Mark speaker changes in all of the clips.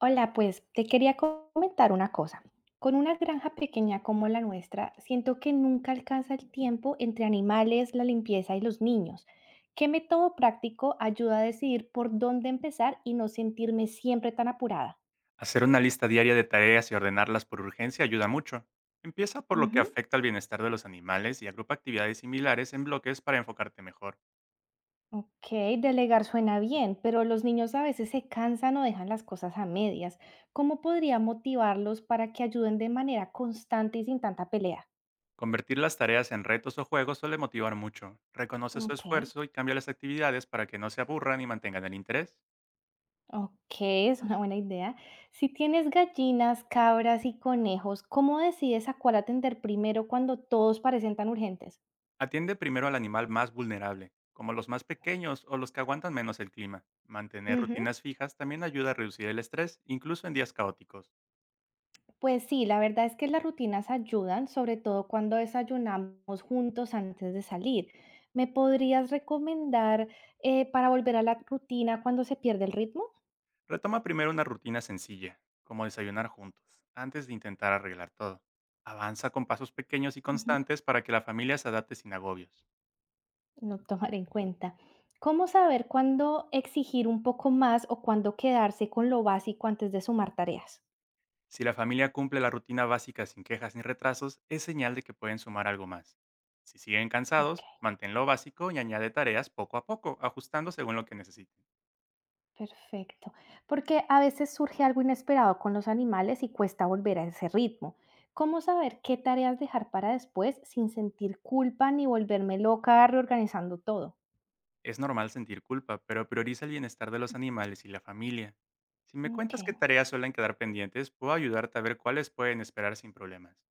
Speaker 1: Hola, pues te quería comentar una cosa. Con una granja pequeña como la nuestra, siento que nunca alcanza el tiempo entre animales, la limpieza y los niños. ¿Qué método práctico ayuda a decidir por dónde empezar y no sentirme siempre tan apurada?
Speaker 2: Hacer una lista diaria de tareas y ordenarlas por urgencia ayuda mucho. Empieza por lo que
Speaker 1: Ujú.
Speaker 2: afecta al bienestar de los animales y agrupa actividades similares en bloques para enfocarte mejor.
Speaker 1: Ok, delegar suena bien, pero los niños a veces se cansan o dejan las cosas a medias. ¿Cómo podría motivarlos para que ayuden de manera constante y sin tanta pelea?
Speaker 2: Convertir las tareas en retos o juegos suele motivar mucho. Reconoce su
Speaker 1: Ok.
Speaker 2: esfuerzo y cambia las actividades para que no se aburran y mantengan el interés.
Speaker 1: Ok, es una buena idea. Si tienes gallinas, cabras y conejos, ¿cómo decides a cuál atender primero cuando todos parecen tan urgentes?
Speaker 2: Atiende primero al animal más vulnerable, como los más pequeños o los que aguantan menos el clima. Mantener
Speaker 1: Ujú.
Speaker 2: rutinas fijas también ayuda a reducir el estrés, incluso en días caóticos.
Speaker 1: Pues sí, la verdad es que las rutinas ayudan, sobre todo cuando desayunamos juntos antes de salir. ¿Me podrías recomendar para volver a la rutina cuando se pierde el ritmo?
Speaker 2: Retoma primero una rutina sencilla, como desayunar juntos, antes de intentar arreglar todo. Avanza con pasos pequeños y
Speaker 1: Ujú.
Speaker 2: constantes para que la familia se adapte sin agobios.
Speaker 1: No tomar en cuenta. ¿Cómo saber cuándo exigir un poco más o cuándo quedarse con lo básico antes de sumar tareas?
Speaker 2: Si la familia cumple la rutina básica sin quejas ni retrasos, es señal de que pueden sumar algo más. Si siguen
Speaker 1: Ok.
Speaker 2: cansados, mantén lo básico y añade tareas poco a poco, ajustando según lo que necesiten.
Speaker 1: Perfecto, porque a veces surge algo inesperado con los animales y cuesta volver a ese ritmo. ¿Cómo saber qué tareas dejar para después sin sentir culpa ni volverme loca reorganizando todo?
Speaker 2: Es normal sentir culpa, pero prioriza el bienestar de los animales y la familia. Si me
Speaker 1: Ok.
Speaker 2: cuentas qué tareas suelen quedar pendientes, puedo ayudarte a ver cuáles pueden esperar sin problemas.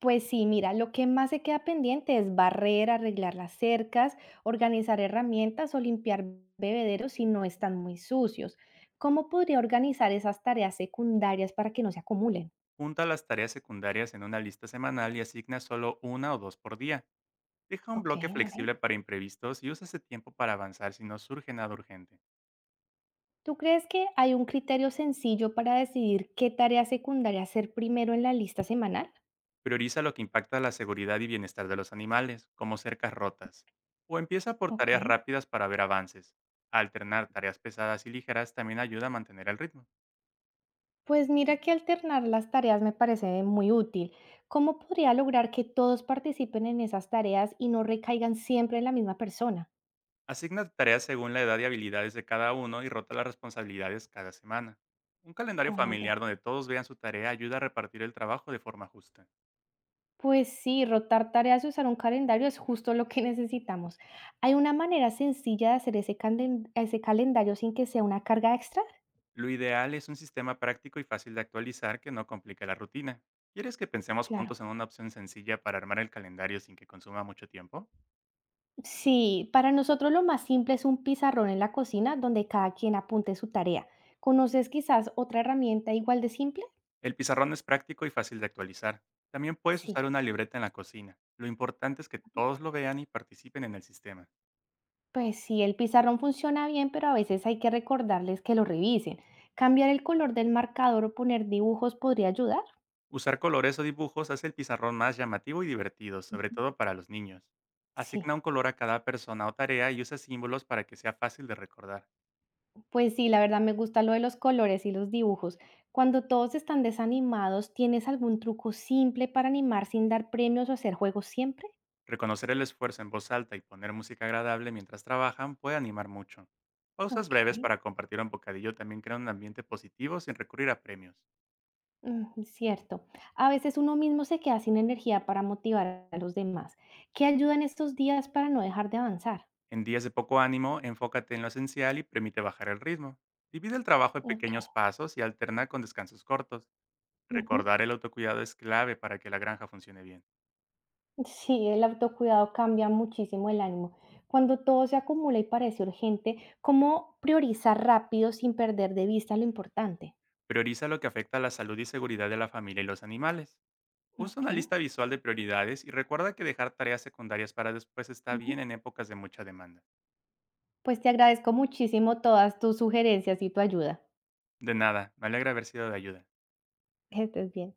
Speaker 1: Pues sí, mira, lo que más se queda pendiente es barrer, arreglar las cercas, organizar herramientas o limpiar bebederos si no están muy sucios. ¿Cómo podría organizar esas tareas secundarias para que no se acumulen?
Speaker 2: Junta las tareas secundarias en una lista semanal y asigna solo una o dos por día. Deja un
Speaker 1: Ok,
Speaker 2: bloque
Speaker 1: a ver.
Speaker 2: flexible para imprevistos y usa ese tiempo para avanzar si no surge nada urgente.
Speaker 1: ¿Tú crees que hay un criterio sencillo para decidir qué tarea secundaria hacer primero en la lista semanal?
Speaker 2: Prioriza lo que impacta la seguridad y bienestar de los animales, como cercas rotas. O empieza por
Speaker 1: Ok.
Speaker 2: tareas rápidas para ver avances. Alternar tareas pesadas y ligeras también ayuda a mantener el ritmo.
Speaker 1: Pues mira que alternar las tareas me parece muy útil. ¿Cómo podría lograr que todos participen en esas tareas y no recaigan siempre en la misma persona?
Speaker 2: Asigna tareas según la edad y habilidades de cada uno y rota las responsabilidades cada semana. Un
Speaker 1: Qué
Speaker 2: calendario
Speaker 1: buena idea.
Speaker 2: familiar donde todos vean su tarea ayuda a repartir el trabajo de forma justa.
Speaker 1: Pues sí, rotar tareas y usar un calendario es justo lo que necesitamos. ¿Hay una manera sencilla de hacer ese calendario sin que sea una carga extra?
Speaker 2: Lo ideal es un sistema práctico y fácil de actualizar que no complique la rutina. ¿Quieres que pensemos
Speaker 1: Claro.
Speaker 2: juntos en una opción sencilla para armar el calendario sin que consuma mucho tiempo?
Speaker 1: Sí, para nosotros lo más simple es un pizarrón en la cocina donde cada quien apunte su tarea. ¿Conoces quizás otra herramienta igual de simple?
Speaker 2: El pizarrón es práctico y fácil de actualizar. También puedes
Speaker 1: Sí,
Speaker 2: usar una libreta en la cocina. Lo importante es que todos lo vean y participen en el sistema.
Speaker 1: pues sí, el pizarrón funciona bien, pero a veces hay que recordarles que lo revisen. Cambiar el color del marcador o poner dibujos podría ayudar.
Speaker 2: Usar colores o dibujos hace el pizarrón más llamativo y divertido, sobre todo para los niños.
Speaker 1: Sí,
Speaker 2: Asigna un color a cada persona o tarea y usa símbolos para que sea fácil de recordar.
Speaker 1: pues sí, la verdad me gusta lo de los colores y los dibujos. Cuando todos están desanimados, ¿tienes algún truco simple para animar sin dar premios o hacer juegos siempre?
Speaker 2: Reconocer el esfuerzo en voz alta y poner música agradable mientras trabajan puede animar mucho. Pausas
Speaker 1: Ok.
Speaker 2: breves para compartir un bocadillo también crean un ambiente positivo sin recurrir a premios.
Speaker 1: Mm, cierto. A veces uno mismo se queda sin energía para motivar a los demás. ¿Qué ayuda en estos días para no dejar de avanzar?
Speaker 2: En días de poco ánimo, enfócate en lo esencial y permite bajar el ritmo. Divide el trabajo en
Speaker 1: Ok.
Speaker 2: pequeños pasos y alterna con descansos cortos.
Speaker 1: Ujú.
Speaker 2: Recordar el autocuidado es clave para que la granja funcione bien.
Speaker 1: Sí, el autocuidado cambia muchísimo el ánimo. Cuando todo se acumula y parece urgente, ¿cómo priorizar rápido sin perder de vista lo importante?
Speaker 2: Prioriza lo que afecta a la salud y seguridad de la familia y los animales. Usa
Speaker 1: Ok.
Speaker 2: una lista visual de prioridades y recuerda que dejar tareas secundarias para después está bien
Speaker 1: Ujú.
Speaker 2: en épocas de mucha demanda.
Speaker 1: Pues te agradezco muchísimo todas tus sugerencias y tu ayuda.
Speaker 2: De nada, me alegra haber sido de ayuda.
Speaker 1: Que estés bien.